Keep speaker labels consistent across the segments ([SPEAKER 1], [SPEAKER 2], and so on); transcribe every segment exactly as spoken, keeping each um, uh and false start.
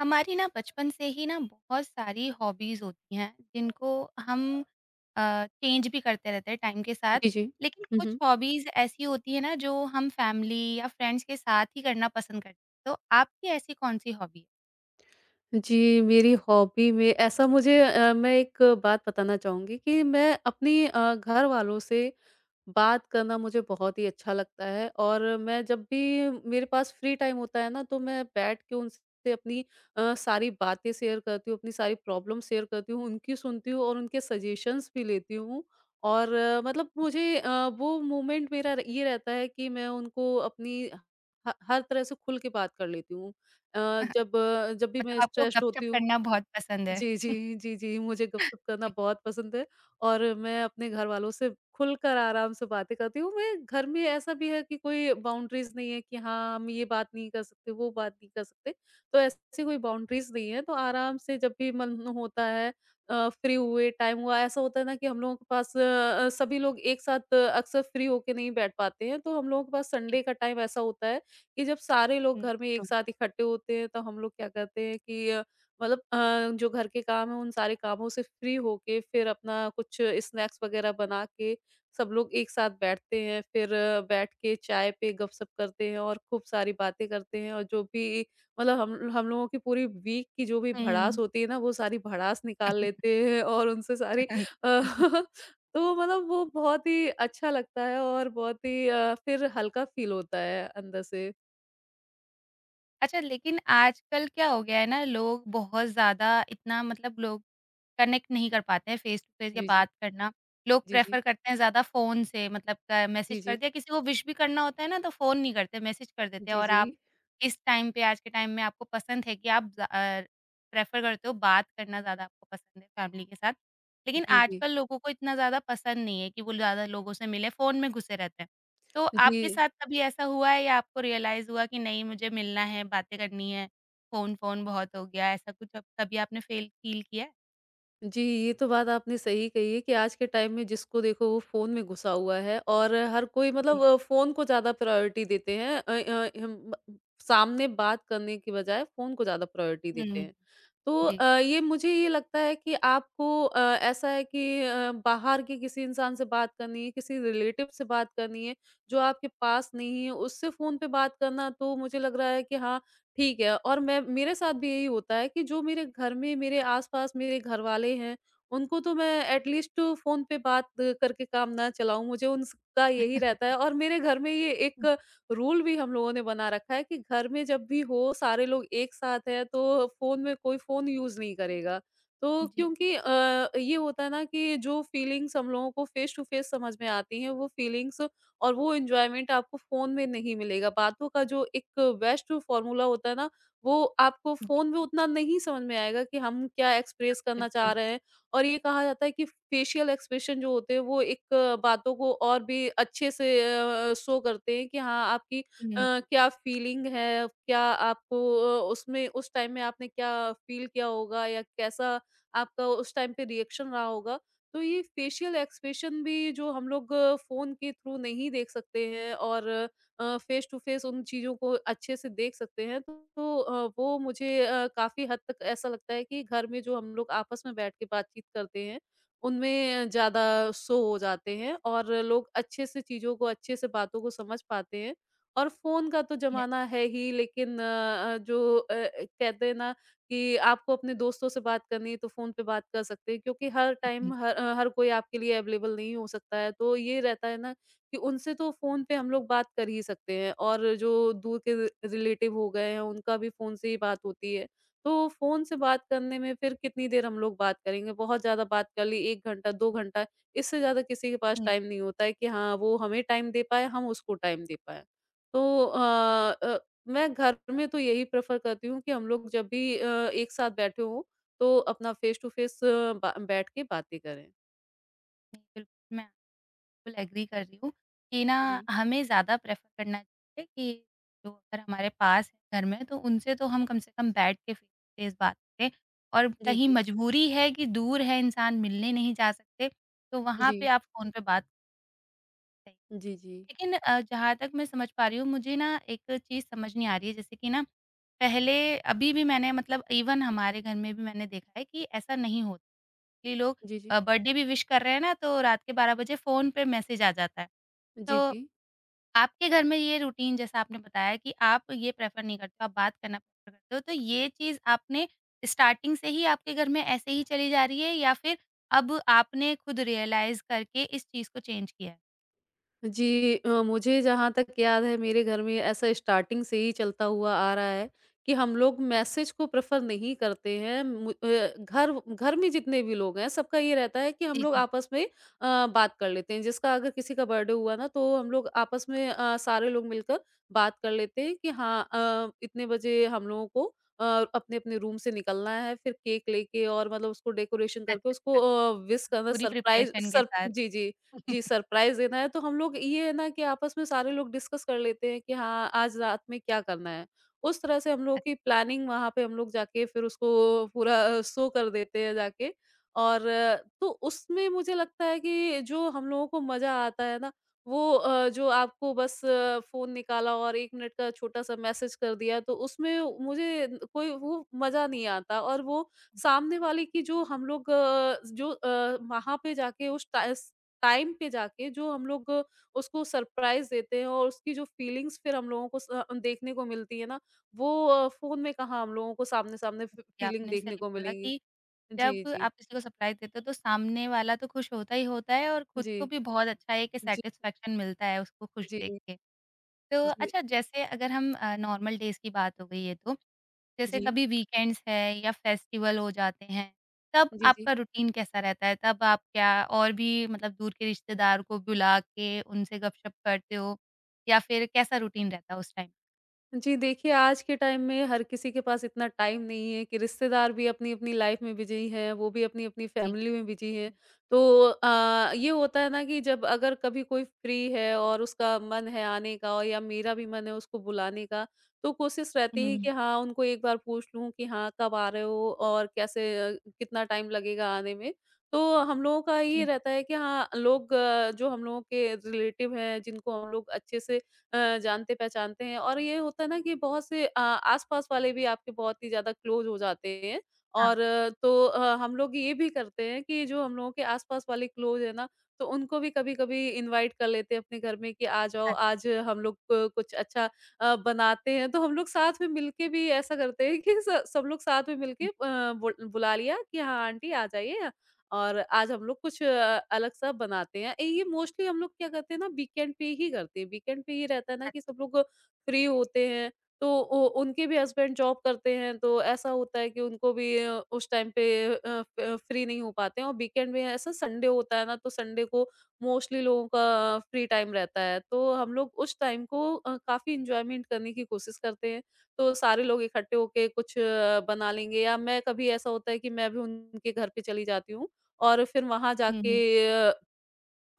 [SPEAKER 1] हमारी ना बचपन से ही ना बहुत सारी हॉबीज होती हैं जिनको हम चेंज भी करते रहते हैं टाइम के साथ।
[SPEAKER 2] जी, जी।
[SPEAKER 1] लेकिन
[SPEAKER 2] हुँ,
[SPEAKER 1] कुछ
[SPEAKER 2] हुँ।
[SPEAKER 1] हॉबीज ऐसी होती है ना जो हम फैमिली या फ्रेंड्स के साथ ही करना पसंद करते हैं, तो आपकी ऐसी कौन सी हॉबी है?
[SPEAKER 2] जी, मेरी हॉबी में ऐसा मुझे अ, मैं एक बात बताना चाहूँगी कि मैं अपनी अ, घरवालों से बात करना मुझे बहुत ही अच्छा लगता है और मैं जब भी मेरे पास फ्री टाइम होता है ना तो मैं बैठ के उनसे अपनी अ, सारी बातें शेयर करती हूँ अपनी सारी प्रॉब्लम शेयर करती हूँ उनकी सुनती हूँ और उनके सजेशंस भी लेती हूँ और अ, मतलब मुझे अ, वो मोमेंट मेरा र- ये रहता है कि मैं उनको अपनी ह- हर तरह से खुल के बात कर लेती हूँ। अ, जब अ, जब भी मैं
[SPEAKER 1] मतलब आपको
[SPEAKER 2] स्ट्रेस्ड
[SPEAKER 1] गपशप
[SPEAKER 2] होती हूँ।
[SPEAKER 1] करना बहुत पसंद है?
[SPEAKER 2] जी, जी, जी, जी, मुझे गपशप करना बहुत पसंद है और मैं अपने घरवालों से खुलकर आराम से बातें करती हूँ। मैं घर में ऐसा भी है कि कोई बाउंड्रीज़ नहीं है कि हाँ, हम ये बात नहीं कर सकते, वो बात नहीं कर सकते, तो ऐसी कोई बाउंड्रीज़ नहीं है, तो आराम से जब भी मन होता है, अ, फ्री हुए, टाइम हुआ, ऐसा होता है ना कि हम लोगों के पास अ अ, सभी लोग एक साथ अ, अक्सर फ्री होके नहीं बैठ पाते हैं, तो हम लोगों के पास
[SPEAKER 1] जी,
[SPEAKER 2] संडे का टाइम ऐसा होता है कि जब सारे लोग
[SPEAKER 1] हम्म,
[SPEAKER 2] घर में एक साथ इकट्ठे होते हैं, तो हम लोग क्या करते हैं कि मतलब, अ, जो घर के काम हैं उन सारे कामों से फ्री होके फिर अपना कुछ स्नैक्स वगैरह बना के सब लोग एक साथ बैठते हैं, फिर अ, बैठ के चाय पे गपशप करते हैं और खूब सारी बातें करते हैं, और जो भी मतलब, हम हम लोगों की पूरी वीक की जो भी
[SPEAKER 1] हम्म।
[SPEAKER 2] भड़ास होती है ना, वो सारी भड़ास निकाल लेते हैं और उनसे सारी अ, तो मतलब वो बहुत ही अच्छा लगता है और बहुत ही अ, फिर हल्का फील होता है अंदर से।
[SPEAKER 1] अच्छा, लेकिन आजकल क्या हो गया है ना, लोग बहुत ज्यादा इतना मतलब लोग कनेक्ट नहीं कर पाते हैं फेस टू फेस या
[SPEAKER 2] जी, जी।
[SPEAKER 1] बात करना। लोग
[SPEAKER 2] जी, जी।
[SPEAKER 1] प्रेफ़र करते हैं ज़्यादा फ़ोन से, मतलब क मैसेज
[SPEAKER 2] जी,
[SPEAKER 1] कर
[SPEAKER 2] जी।
[SPEAKER 1] दिया, किसी को विश भी करना होता है ना तो फ़ोन नहीं करते, मैसेज कर देते हैं।
[SPEAKER 2] जी,
[SPEAKER 1] और
[SPEAKER 2] जी।
[SPEAKER 1] आप इस टाइम पे, आज के टाइम में, आपको पसंद है कि आप ज़ अ, प्रेफ़र करते हो बात करना? ज़्यादा आपको पसंद है फैमिली के साथ। लेकिन
[SPEAKER 2] जी, जी।
[SPEAKER 1] आजकल लोगों को इतना ज़्यादा पसंद नहीं है कि वो ज़्यादा लोगों से मिले, फ़ोन में घुसे रहते हैं। तो
[SPEAKER 2] जी।
[SPEAKER 1] आपके साथ कभी ऐसा हुआ है या आपको रियलाइज़ हुआ कि नहीं, मुझे मिलना है, बातें करनी है, फ़ोन-फ़ोन बहुत हो गया, ऐसा कुछ अब कभी आपने फ़ील फ़ील किया है?
[SPEAKER 2] जी, ये तो बात आपने सही कही है कि आज के टाइम में जिसको देखो वो फ़ोन में घुसा हुआ है और हर कोई मतलब,
[SPEAKER 1] जी।
[SPEAKER 2] अ, फ़ोन को ज़्यादा प्रायोरिटी देते हैं। अ अ, हम ब सामने बात करने की बजाय फ़ोन को ज़्यादा प्रायोरिटी देते
[SPEAKER 1] हुँ।
[SPEAKER 2] हैं। तो अ,
[SPEAKER 1] जी।
[SPEAKER 2] ये मुझे ये लगता है कि आपको अ, ऐसा है कि अ, बाहर के किसी इंसान से बात करनी है, किसी रिलेटिव से बात करनी है, जो आपके पास नहीं है, उससे फ़ोन पे बात करना, तो मुझे लग रहा है कि हाँ, ठीक है। और मैं, मेरे साथ भी यही होता है कि जो मेरे घर में मेरे आस-पास मेरे घरवाले हैं, उनको तो मैं एटलीस्ट फ़ोन पे बात करके काम ना चलाऊँ, मुझे उनका यही रहता है। और मेरे घर में ये
[SPEAKER 1] हुँ।
[SPEAKER 2] एक रूल भी हम लोगों ने बना रखा है कि घर में जब भी हो, सारे लोग एक साथ हैं, तो फ़ोन में कोई फ़ोन यूज़ नहीं करेगा। तो
[SPEAKER 1] जी,
[SPEAKER 2] क्योंकि अ, ये होता है ना कि जो फीलिंग्स हम लोगों को फेस टू फेस समझ में आती हैं, वो फीलिंग्स और वो एन्जॉयमेंट आपको फ़ोन में नहीं मिलेगा। बातों का जो एक बेस्ट फ़ॉर्मूला होता है ना, वो आपको
[SPEAKER 1] जी,
[SPEAKER 2] फ़ोन में उतना नहीं समझ में आएगा कि हम क्या एक्सप्रेस करना चाह
[SPEAKER 1] बिल्कुल।
[SPEAKER 2] रहे हैं। और ये कहा जाता है कि फ़ेशियल एक्सप्रेशन जो होते हैं वो एक, अ, बातों को और भी अच्छे से अ अ, शो करते हैं कि हाँ, आपकी अ,
[SPEAKER 1] हुँ।
[SPEAKER 2] क्या फ़ीलिंग है, क्या आपको, अ, उसमें उस टाइम में आपने क्या फ़ील किया होगा या कैसा आपका उस टाइम पे रिएक्शन रहा होगा। तो ये फेशियल एक्सप्रेशन भी जो हम लोग फ़ोन के थ्रू नहीं देख सकते हैं, और अ, फेस टू फेस उन चीज़ों को अच्छे से देख सकते हैं, तो तो, अ, वो मुझे अ, काफ़ी हद तक ऐसा लगता है कि घर में जो हम लोग आपस में बैठ के बातचीत करते हैं, उनमें ज़्यादा शो हो जाते हैं और लोग अच्छे से चीज़ों को, अच्छे से बातों को समझ पाते हैं। और फ़ोन का तो
[SPEAKER 1] ये
[SPEAKER 2] ज़माना है ही, लेकिन अ अ, जो, अ, कहते हैं ना कि आपको अपने दोस्तों से बात करनी है, तो फ़ोन पे बात कर सकते हैं, क्योंकि हर
[SPEAKER 1] हुँ।
[SPEAKER 2] टाइम हर अ, हर कोई आपके लिए अवेलेबल नहीं हो सकता है। तो ये रहता है ना कि उनसे तो फ़ोन पे हम लोग बात कर ही सकते हैं, और जो दूर के रि रिलेटिव हो गए हैं उनका भी फ़ोन से ही बात होती है। तो फ़ोन से बात करने में फिर कितनी देर हम लोग बात करेंगे, बहुत ज़्यादा बात कर ली, एक घंटा, दो घंटा, इससे ज़्यादा किसी के पास
[SPEAKER 1] हुँ,
[SPEAKER 2] टाइम नहीं होता है कि हाँ, वो हमें टाइम दे पाए, हम उसको टाइम दे पाएँ। तो अ अ, मैं घर में तो यही प्रेफ़र करती हूँ कि हम लोग जब भी अ, एक साथ बैठे हों, तो अपना फ़ेस टू फ़ेस बा बैठ के बातें करें।
[SPEAKER 1] बिल्कुल, मैं बिल्कुल एग्री कर रही हूँ कि ना
[SPEAKER 2] जी।
[SPEAKER 1] हमें ज़्यादा प्रेफ़र करना चाहिए कि जो अगर हमारे पास है घर में, तो उनसे तो हम कम से कम बैठ के फ़ेस टू फ़ेस बात करें और
[SPEAKER 2] जी,
[SPEAKER 1] कहीं
[SPEAKER 2] जी।
[SPEAKER 1] मजबूरी है कि दूर है इंसान, मिलने नहीं जा सकते, तो वहाँ
[SPEAKER 2] जी।
[SPEAKER 1] पे आप फ़ोन पे बात करें।
[SPEAKER 2] जी, जी।
[SPEAKER 1] लेकिन अ, जहाँ तक मैं समझ पा रही हूँ, मुझे ना एक चीज़ समझ नहीं आ रही है, जैसे कि ना पहले अभी भी मैंने, मतलब इवन हमारे घर में भी मैंने देखा है कि ऐसा नहीं होता। कि लोग
[SPEAKER 2] जी, जी।
[SPEAKER 1] अ, बर्थडे भी विश कर रहे हैं ना, तो रात के बारह बजे फ़ोन पे मैसेज आ जाता है।
[SPEAKER 2] जी,
[SPEAKER 1] तो
[SPEAKER 2] जी।
[SPEAKER 1] आपके घर में ये रूटीन, जैसा आपने बताया कि आप ये प्रेफ़र नहीं करते, आप बात करना प्रेफ़र करते हो, तो ये चीज़ आपने स्टार्टिंग से ही आपके घर में ऐसे ही चली जा रही है या फिर अब आपने खुद रियलाइज़ करके इस चीज़ को चेंज किया है?
[SPEAKER 2] जी, अ, मुझे जहाँ तक याद है मेरे घर में ऐसा स्टार्टिंग से ही चलता हुआ आ रहा है कि हम लोग मैसेज को प्रेफर नहीं करते हैं। मु- अ, घर घर में जितने भी लोग हैं सबका ये रहता है कि हम
[SPEAKER 1] जी, जी,
[SPEAKER 2] लोग
[SPEAKER 1] जी।
[SPEAKER 2] आपस में अ, बात कर लेते हैं। जिसका अगर किसी का बर्थडे हुआ ना, तो हम लोग आपस में, अ, सारे लोग मिलकर बात कर लेते हैं कि हाँ, अ, इतने बजे हम लोगों को अपने अपने रूम से निकलना है, फिर केक लेके, और मतलब उसको डेकोरेशन
[SPEAKER 1] अच्छा,
[SPEAKER 2] करके
[SPEAKER 1] अच्छा।
[SPEAKER 2] उसको विश
[SPEAKER 1] मतलब
[SPEAKER 2] करना,
[SPEAKER 1] पूरी
[SPEAKER 2] सरप्राइज,
[SPEAKER 1] प्रिपरेशन के
[SPEAKER 2] सर
[SPEAKER 1] साथ।
[SPEAKER 2] जी, जी, जी, सरप्राइज़ देना है तो हम लोग, ये है ना कि आपस में सारे लोग डिस्कस कर लेते हैं कि हाँ, आज रात में क्या करना है। उस तरह से हम लोगों की प्लानिंग, वहाँ पे हम लोग जाके फिर उसको पूरा शो कर देते हैं जाके। और अ, तो उसमें मुझे लगता है कि जो हम लोगों को मज़ा आता है ना, वो अ, जो आपको बस फ़ोन निकाला और एक मिनट का छोटा-सा मैसेज कर दिया, तो उसमें मुझे न- कोई वो मज़ा नहीं आता। और वो सामने वाले की, जो हम लोग, अ, जो अ, वहाँ पे जाके उस टाइस टाइम पे जाके, जो हम लोग उसको सरप्राइज़ देते हैं और उसकी जो फीलिंग्स फिर हम लोगों को स अ, देखने को मिलती है ना, वो अ, फ़ोन में कहाँ हम लोगों को सामने-सामने फ
[SPEAKER 1] अच्छा,
[SPEAKER 2] फीलिंग
[SPEAKER 1] आपने
[SPEAKER 2] देखने
[SPEAKER 1] सही
[SPEAKER 2] को
[SPEAKER 1] बोला
[SPEAKER 2] मिलेंगी।
[SPEAKER 1] कि जब
[SPEAKER 2] जी, जी।
[SPEAKER 1] आप किसी को सरप्राइज़ देते हो तो सामने वाला तो खुश होता ही होता है और खुद
[SPEAKER 2] जी।
[SPEAKER 1] को भी बहुत अच्छा एक
[SPEAKER 2] जी,
[SPEAKER 1] सैटिस्फैक्शन मिलता है उसको खुश
[SPEAKER 2] जी।
[SPEAKER 1] देख के। तो
[SPEAKER 2] जी,
[SPEAKER 1] अच्छा, जैसे अगर हम अ, नॉर्मल डेज़ की बात हो गई है तो, जैसे
[SPEAKER 2] जी।
[SPEAKER 1] कभी वीकेंड्स है या फेस्टिवल हो जाते हैं, तब
[SPEAKER 2] जी, जी।
[SPEAKER 1] आपका रूटीन कैसा रहता है? तब आप क्या और भी, मतलब, दूर के रिश्तेदार को बुला के उनसे गपशप करते हो या फिर कैसा रूटीन रहता है उस टाइम?
[SPEAKER 2] जी, देखिए, आज के टाइम में हर किसी के पास इतना टाइम नहीं है कि रिश्तेदार भी अपनी-अपनी लाइफ में बिज़ी हैं, वो भी अपनी-अपनी
[SPEAKER 1] जी।
[SPEAKER 2] फैमिली में बिज़ी हैं। तो अ, ये होता है ना कि जब अगर कभी कोई फ्री है और उसका मन है आने का, और या मेरा भी मन है उसको बुलाने का, तो कोशिश
[SPEAKER 1] हुँ,
[SPEAKER 2] रहती
[SPEAKER 1] हुँ,
[SPEAKER 2] है कि
[SPEAKER 1] हुँ।
[SPEAKER 2] हाँ, उनको एक बार पूछ लूँ कि हाँ, कब आ रहे हो और कैसे, अ, कितना टाइम लगेगा आने में। तो हम लोगों का ये
[SPEAKER 1] जी।
[SPEAKER 2] रहता है कि हाँ, लोग, अ, जो हम लोगों के रिलेटिव हैं, जिनको हम लोग अच्छे से अ, जानते-पहचानते हैं। और ये होता है ना कि बहुत से अ, आस-पास वाले भी आपके बहुत ही ज़्यादा क्लोज़ हो जाते हैं,
[SPEAKER 1] हाँ,
[SPEAKER 2] और अ, तो अ, हम लोग ये भी करते हैं कि जो हम लोगों के आस-पास वाले क्लोज़ हैं ना, तो उनको भी कभी-कभी इनवाइट कर लेते हैं अपने घर में कि आ जाओ,
[SPEAKER 1] हाँ।
[SPEAKER 2] आज हम लोग, क कुछ अच्छा अ, बनाते हैं। तो हम लोग साथ में मिलके भी ऐसा करते हैं कि स सब लोग साथ में मिलके, अ, बुल बुला लिया कि हाँ, आंटी आ जाइए, और आज हम लोग कुछ अ, अलग सा बनाते हैं। ए, ये मोस्टली हम लोग क्या करते हैं ना, वीकेंड पे ही करते हैं। वीकेंड पे ये रहता है ना
[SPEAKER 1] अच्छा।
[SPEAKER 2] कि सब लोग फ्री होते हैं, तो उ उनके भी हस्बैंड जॉब करते हैं, तो ऐसा होता है कि उनको भी अ, उस टाइम पे अ, फ फ्री नहीं हो पाते हैं, और वीकेंड में ऐसा संडे होता है ना, तो संडे को मोस्टली लोगों का फ्री टाइम रहता है। तो हम लोग उस टाइम को अ, काफ़ी एन्जॉयमेंट करने की कोशिश करते हैं। तो सारे लोग इकट्ठे होके कुछ अ, बना लेंगे, या मैं कभी ऐसा होता है कि मैं भी उनके घर पे चली जाती हूँ, और फिर वहाँ
[SPEAKER 1] हुँ,
[SPEAKER 2] जाके,
[SPEAKER 1] हुँ।
[SPEAKER 2] अ,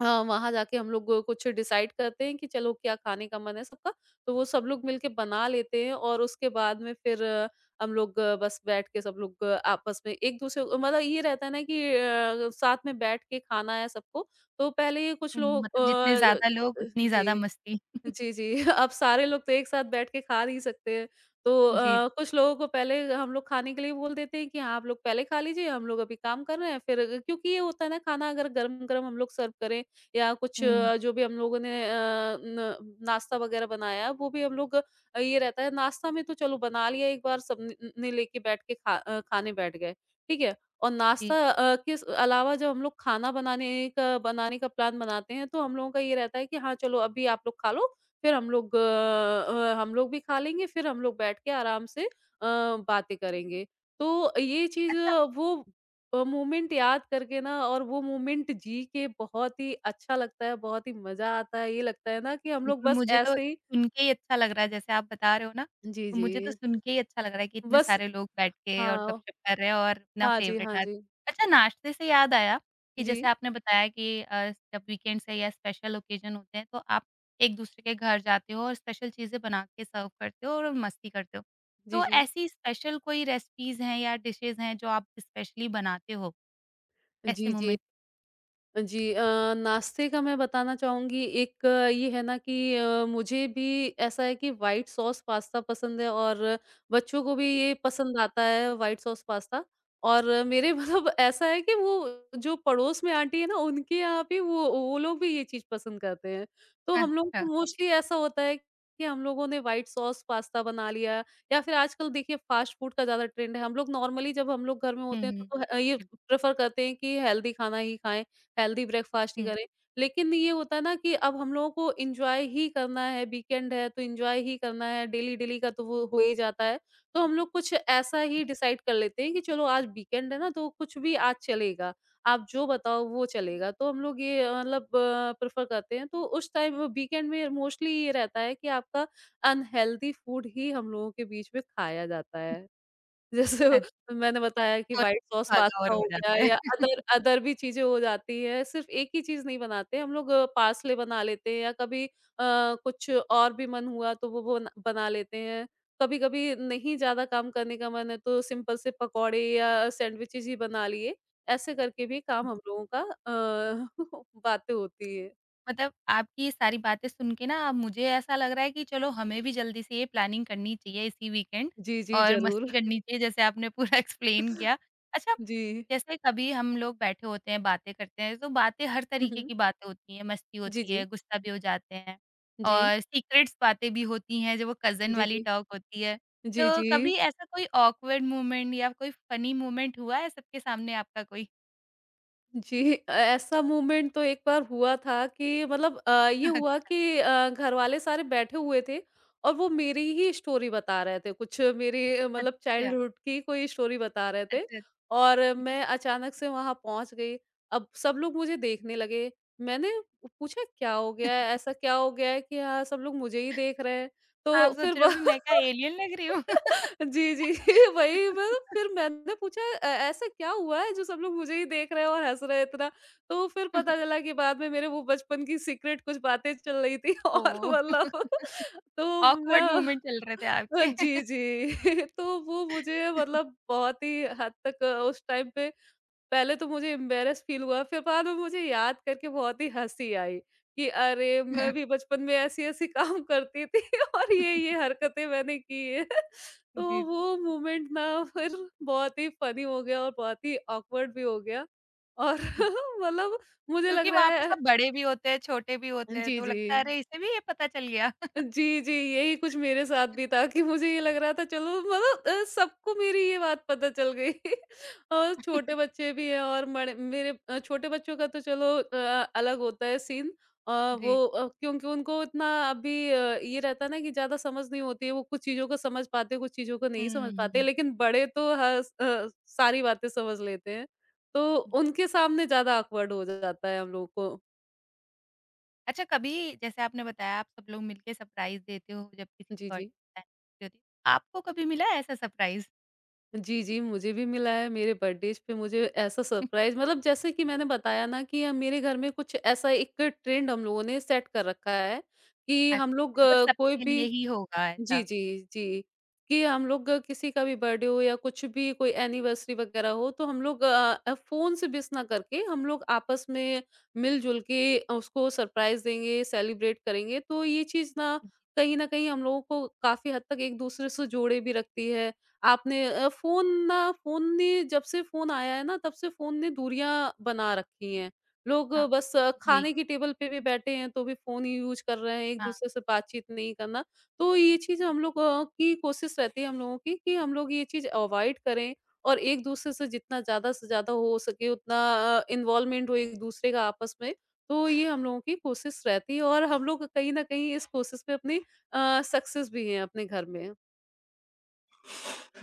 [SPEAKER 2] हाँ, वहाँ जाके हम लोग कुछ डिसाइड करते हैं कि चलो क्या खाने का मन है सबका, तो वो सब लोग मिलके बना लेते हैं, और उसके बाद में फिर अ, हम लोग, अ, बस बैठ के सब लोग, अ, आपस में एक-दूसरे, मतलब ये रहता है ना कि अ, साथ में बैठ के खाना है सबको, तो पहले ये कुछ
[SPEAKER 1] हुँ,
[SPEAKER 2] लोग
[SPEAKER 1] मतलब जितने
[SPEAKER 2] अ
[SPEAKER 1] ज़्यादा लोग
[SPEAKER 2] अ,
[SPEAKER 1] उतनी ज़्यादा
[SPEAKER 2] जी।
[SPEAKER 1] मस्ती।
[SPEAKER 2] जी, जी। अब सारे लोग तो एक साथ बैठ के खा नहीं सकते हैं। तो
[SPEAKER 1] जी।
[SPEAKER 2] अ, कुछ लोगों को पहले हम लोग खाने के लिए बोल देते हैं कि हाँ, आप लोग पहले खा लीजिए, हम लोग अभी काम कर रहे हैं। फिर अगर- क्योंकि ये होता है ना, खाना अगर गरम-गरम हम लोग सर्व करें, या कुछ,
[SPEAKER 1] हुँ,
[SPEAKER 2] अ, जो भी हम लोगों ने, अ, न नाश्ता वगैरह बनाया, वो भी हम लोग, अ, ये रहता है नाश्ता में, तो चलो बना लिया, एक बार सब न ने लेके बैठ के खा अ, खाने बैठ गए, ठीक है? और
[SPEAKER 1] जी।
[SPEAKER 2] नाश्ता, अ, के स- अलावा जब हम लोग खाना बनाने का बनाने का प्लान बनाते हैं, तो हम लोगों का ये रहता है कि हाँ, चलो अभी आप लोग खा लो, फिर हम लोग अ अ, हम लोग भी खा लेंगे, फिर हम लोग बैठ के आराम से, अ, बातें करेंगे। तो ये चीज़
[SPEAKER 1] अच्छा,
[SPEAKER 2] वो अ, वो मोमेंट याद करके ना, और वो मोमेंट जी के बहुत ही अच्छा लगता है, बहुत ही मज़ा आता है। ये लगता है ना कि हम लोग
[SPEAKER 1] बिल्कुल,
[SPEAKER 2] बस
[SPEAKER 1] मुझे तो
[SPEAKER 2] ऐसे ही।
[SPEAKER 1] सुन के ही अच्छा लग रहा है जैसे आप बता रहे हो ना,
[SPEAKER 2] जी,
[SPEAKER 1] तो
[SPEAKER 2] जी।
[SPEAKER 1] मुझे तो सुन के ही अच्छा लग रहा है कि इतने
[SPEAKER 2] बस।
[SPEAKER 1] सारे लोग बैठ के और
[SPEAKER 2] हाँ।
[SPEAKER 1] गपशप कर रहे हैं और अपना
[SPEAKER 2] हाँ जी,
[SPEAKER 1] फेवरेट
[SPEAKER 2] हाँ
[SPEAKER 1] नाच।
[SPEAKER 2] जी।
[SPEAKER 1] अच्छा, नाश्ते से याद आया कि जैसे
[SPEAKER 2] जी।
[SPEAKER 1] आपने बताया कि अ, जब वीकेंड्स है या स्पेशल ओकेज़न होते हैं तो आप एक-दूसरे के घर जाते हो और स्पेशल चीज़ें बना के सर्व करते हो और मस्ती करते हो।
[SPEAKER 2] जी,
[SPEAKER 1] तो
[SPEAKER 2] जी।
[SPEAKER 1] ऐसी स्पेशल कोई रेसिपीज़ हैं या डिशेज़ हैं जो आप स्पेशली बनाते हो ऐसे
[SPEAKER 2] जी, जी।
[SPEAKER 1] मोमेंट?
[SPEAKER 2] जी। अ, नाश्ते का मैं बताना चाहूँगी। एक अ, ये है ना कि अ, मुझे भी ऐसा है कि व्हाइट सॉस पास्ता पसंद है, और बच्चों को भी ये पसंद आता है, व्हाइट सॉस पास्ता। और मेरे मतलब ऐसा है कि वो जो पड़ोस में आंटी है ना, उनके यहाँ भी वो वो लोग भी ये चीज़ पसंद करते हैं। तो हम लोग
[SPEAKER 1] अच्छा।
[SPEAKER 2] को मोस्टली ऐसा होता है कि हम लोगों ने व्हाइट सॉस पास्ता बना लिया, या फिर आजकल देखिए, फ़ास्ट फ़ूड का ज़्यादा ट्रेंड है। हम लोग नॉर्मली, जब हम लोग घर में
[SPEAKER 1] हुँ,
[SPEAKER 2] होते हैं,
[SPEAKER 1] हुँ।
[SPEAKER 2] तो तो, अ, ये
[SPEAKER 1] हुँ।
[SPEAKER 2] प्रेफ़र करते हैं कि हेल्दी खाना ही खाएँ। हेल्दी ब्रेकफास्ट ही करें। लेकिन ये होता है ना कि अब हम लोगों को एन्जॉय ही करना है, वीकेंड है तो एन्जॉय ही करना है, डेली-डेली का तो वो हो ही जाता है। तो हम लोग कुछ ऐसा ही डिसाइड कर लेते हैं कि चलो आज वीकेंड है ना, तो कुछ भी आज चलेगा। आप जो बताओ वो चलेगा। तो हम लोग ये, अ, मतलब प्रेफ़र करते हैं। तो उस टाइम वीकेंड में मोस्टली ये रहता है कि आपका अनहेल्दी फूड ही हम लोगों के बीच में खाया जाता
[SPEAKER 1] हुँ।
[SPEAKER 2] है। जैसे मैंने बताया कि
[SPEAKER 1] और
[SPEAKER 2] व्हाइट सॉस
[SPEAKER 1] भागा और
[SPEAKER 2] पास्ता
[SPEAKER 1] हो
[SPEAKER 2] हो गया,
[SPEAKER 1] जाता है।
[SPEAKER 2] या अदर अदर भी चीज़ें हो जाती हैं, सिर्फ़ एक ही चीज़ नहीं बनाते। हम लोग पार्सले बना लेते हैं, या कभी, अ, कुछ और भी मन हुआ तो वो बन बना लेते हैं। कभी-कभी नहीं ज़्यादा काम करने का मन है, तो सिंपल से पकौड़े या सैंडविचेज़ ही बना लिए, ऐसे करके भी काम
[SPEAKER 1] जी,
[SPEAKER 2] हम लोगों का, अ, बातें होती है।
[SPEAKER 1] मतलब आपकी ये सारी बातें सुन के ना अब मुझे ऐसा लग रहा है कि चलो हमें भी जल्दी से ये प्लानिंग करनी चाहिए इसी वीकेंड
[SPEAKER 2] जी, जी,
[SPEAKER 1] और
[SPEAKER 2] ज़रूर।
[SPEAKER 1] मस्ती करनी चाहिए जैसे आपने पूरा एक्सप्लेन किया। अच्छा,
[SPEAKER 2] जी।
[SPEAKER 1] जैसे कभी हम लोग बैठे होते हैं, बातें करते हैं, तो बातें, हर
[SPEAKER 2] हुँ,
[SPEAKER 1] तरीके
[SPEAKER 2] हुँ।
[SPEAKER 1] की बातें होती हैं, मस्ती
[SPEAKER 2] जी,
[SPEAKER 1] होती है,
[SPEAKER 2] जी।
[SPEAKER 1] गुस्सा भी हो जाते हैं
[SPEAKER 2] जी।
[SPEAKER 1] और सीक्रेट्स बातें भी होती हैं, जो वो कज़न
[SPEAKER 2] जी,
[SPEAKER 1] वाली
[SPEAKER 2] जी।
[SPEAKER 1] टॉक होती है।
[SPEAKER 2] जी,
[SPEAKER 1] तो
[SPEAKER 2] जी।
[SPEAKER 1] कभी ऐसा कोई ऑकवर्ड मोमेंट या कोई फ़नी मोमेंट हुआ है सबके सामने आपका कोई?
[SPEAKER 2] जी। अ, ऐसा मूवमेंट तो एक बार हुआ था कि मतलब, अ, ये हुआ कि अ, घर वाले सारे बैठे हुए थे और वो मेरी ही स्टोरी बता रहे थे। कुछ मेरी, अ, मतलब
[SPEAKER 1] अच्छा।
[SPEAKER 2] चाइल्डहुड की कोई स्टोरी बता रहे थे,
[SPEAKER 1] अच्छा।
[SPEAKER 2] और मैं अचानक से वहाँ पहुँच गई। अब सब लोग मुझे देखने लगे। मैंने पूछा, क्या हो गया है? ऐसा क्या हो गया है कि हाँ, सब लोग मुझे ही देख रहे हैं?
[SPEAKER 1] आप
[SPEAKER 2] तो फिर
[SPEAKER 1] सोच रहे
[SPEAKER 2] ब
[SPEAKER 1] हो कि मैं क्या एलियन लग रही हूँ?
[SPEAKER 2] जी, जी। वही मतलब, फिर मैंने पूछा, अ, ऐसा क्या हुआ है जो सब लोग मुझे ही देख रहे हैं और हँस रहे हैं इतना? तो फिर पता चला कि बाद में मेरे वो बचपन की सीक्रेट कुछ बातें चल रही थी, और
[SPEAKER 1] ओह!
[SPEAKER 2] मतलब। तो
[SPEAKER 1] ऑकवर्ड
[SPEAKER 2] मैं
[SPEAKER 1] मोमेंट चल रहे थे
[SPEAKER 2] अ,
[SPEAKER 1] आपके।
[SPEAKER 2] जी, जी। तो वो मुझे मतलब बहुत ही हद तक, उस टाइम पे पहले तो मुझे एम्बैरेस फील हुआ, फिर बाद में मुझे याद करके बहुत ही हँसी आई कि अरे! मैं भी बचपन में ऐसी-ऐसी काम करती थी, और ये-ये हरकतें मैंने की है। तो
[SPEAKER 1] जी।
[SPEAKER 2] वो मोमेंट ना फिर बहुत ही फ़नी हो गया और बहुत ही ऑकवर्ड भी हो गया, और
[SPEAKER 1] जी।
[SPEAKER 2] मतलब मुझे
[SPEAKER 1] क्योंकि
[SPEAKER 2] लग रहा
[SPEAKER 1] वहाँ पे
[SPEAKER 2] है।
[SPEAKER 1] सब बड़े भी होते हैं, छोटे भी होते हैं,
[SPEAKER 2] जी,
[SPEAKER 1] तो
[SPEAKER 2] जी।
[SPEAKER 1] लगता है अरे इसे भी ये पता चल गया।
[SPEAKER 2] जी, जी, यही कुछ मेरे साथ भी था कि मुझे ये लग रहा था, चलो मतलब, अ, सबको मेरी ये बात पता चल गई, और छोटे बच्चे भी हैं, और मड़े मेरे, अ, छोटे बच्चों का तो चलो, अ, अलग होता है सीन। अ,
[SPEAKER 1] जी।
[SPEAKER 2] वो अ, क्योंकि उनको इतना अभी, अ, ये रहता है ना कि ज़्यादा समझ नहीं होती है, वो कुछ चीज़ों को समझ पाते हैं, कुछ चीज़ों को
[SPEAKER 1] हुँ,
[SPEAKER 2] नहीं समझ
[SPEAKER 1] हुँ,
[SPEAKER 2] पाते,
[SPEAKER 1] हुँ,
[SPEAKER 2] लेकिन बड़े तो हस अ, सारी बातें समझ लेते हैं, तो
[SPEAKER 1] हुँ।
[SPEAKER 2] उनके सामने ज़्यादा ऑकवर्ड हो जाता है हम लोगों को।
[SPEAKER 1] अच्छा, कभी जैसे आपने बताया आप सब लोग मिलके सरप्राइज़ देते हो जब किसी की
[SPEAKER 2] जी, जी।
[SPEAKER 1] बर्थडे होती है। आपको कभी मिला है ऐसा सरप्राइज़?
[SPEAKER 2] जी, जी, मुझे भी मिला है। मेरे बर्थडेज़ पे मुझे ऐसा सरप्राइज़, मतलब जैसे कि मैंने बताया ना कि अ, मेरे घर में कुछ ऐसा एक ट्रेंड हम लोगों ने सेट कर रखा है, कि हम
[SPEAKER 1] अच्छा,
[SPEAKER 2] लोग,
[SPEAKER 1] मतलब
[SPEAKER 2] अ, कोई
[SPEAKER 1] सबके
[SPEAKER 2] भी।
[SPEAKER 1] लिए ही होगा
[SPEAKER 2] जी,
[SPEAKER 1] ऐसा।
[SPEAKER 2] जी, जी। कि हम लोग, अ, किसी का भी बर्थडे हो, या कुछ भी कोई एनिवर्सरी वग़ैरह हो, तो हम लोग, अ अ, फ़ोन से मिस ना करके, हम लोग आपस में मिल-जुल के उसको सरप्राइज़ देंगे, सेलिब्रेट करेंगे। तो ये चीज़ ना कहीं न कहीं हम लोगों को काफ़ी हद तक एक-दूसरे से जोड़े भी रखती है। आपने अ, फ़ोन ना फ़ोन ने, जब से फ़ोन आया है ना, तब से फ़ोन ने दूरियाँ बना रखी हैं। लोग,
[SPEAKER 1] हाँ,
[SPEAKER 2] अ, बस,
[SPEAKER 1] वो
[SPEAKER 2] अ,
[SPEAKER 1] तो हुई।
[SPEAKER 2] खाने की टेबल पे भी बैठे हैं, तो भी फ़ोन ही यूज़ कर रहे हैं,
[SPEAKER 1] हाँ।
[SPEAKER 2] एक-दूसरे से बातचीत नहीं करना। तो ये चीज़ हम लोग अ, की कोशिश रहती है हम लोगों की, कि हम लोग ये चीज़ अवॉइड करें, और एक-दूसरे से जितना ज़्यादा से ज़्यादा हो सके उतना, अ, इन्वॉल्वमेंट हो एक-दूसरे का आपस में। तो ये हम लोगों की कोशिश रहती है, और हम लोग कहीं न कहीं इस कोशिश में अपनी, अ, सक्सेस भी हैं अपने घर में।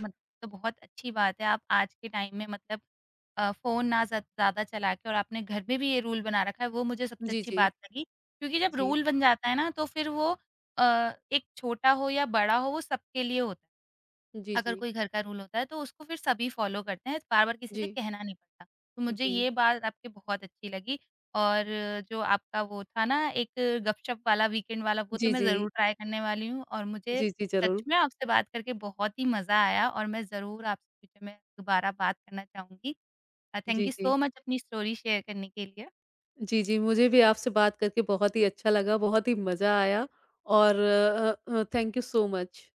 [SPEAKER 1] मत तो बहुत अच्छी बात है, आप आज के टाइम में, मतलब अ, फ़ोन ना ज़ ज़्यादा चला के और आपने घर में भी ये रूल बना रखा है, वो मुझे सबसे
[SPEAKER 2] जी,
[SPEAKER 1] अच्छी
[SPEAKER 2] जी।
[SPEAKER 1] बात लगी। क्योंकि जब
[SPEAKER 2] जी।
[SPEAKER 1] रूल बन जाता है ना तो फिर वो अ, एक, छोटा हो या बड़ा हो, वो सबके लिए होता है।
[SPEAKER 2] जी,
[SPEAKER 1] अगर
[SPEAKER 2] जी।
[SPEAKER 1] कोई घर का रूल होता है, तो उसको फिर सभी फ़ॉलो करते हैं, बार-बार किसी से
[SPEAKER 2] जी।
[SPEAKER 1] कहना नहीं पड़ता। तो मुझे
[SPEAKER 2] जी।
[SPEAKER 1] ये बात आपकी बहुत अच्छी लगी। और जो आपका वो था ना, एक गपशप वाला, वीकेंड वाला, वो तो
[SPEAKER 2] जी,
[SPEAKER 1] मैं ज़रूर
[SPEAKER 2] जी।
[SPEAKER 1] ट्राई करने वाली हूँ और मुझे
[SPEAKER 2] जी, जी,
[SPEAKER 1] सच
[SPEAKER 2] ज़रूर।
[SPEAKER 1] में आपसे बात करके बहुत ही मज़ा आया और मैं ज़रूर आपसे फ्यूचर में दोबारा बात करना चाहूँगी। अ, थैंक
[SPEAKER 2] जी,
[SPEAKER 1] यू सो
[SPEAKER 2] जी।
[SPEAKER 1] मच, अपनी स्टोरी शेयर करने के लिए।
[SPEAKER 2] जी, जी, मुझे भी आपसे बात करके बहुत ही अच्छा लगा, बहुत ही मज़ा आया, और अ अ, थैंक यू सो मच।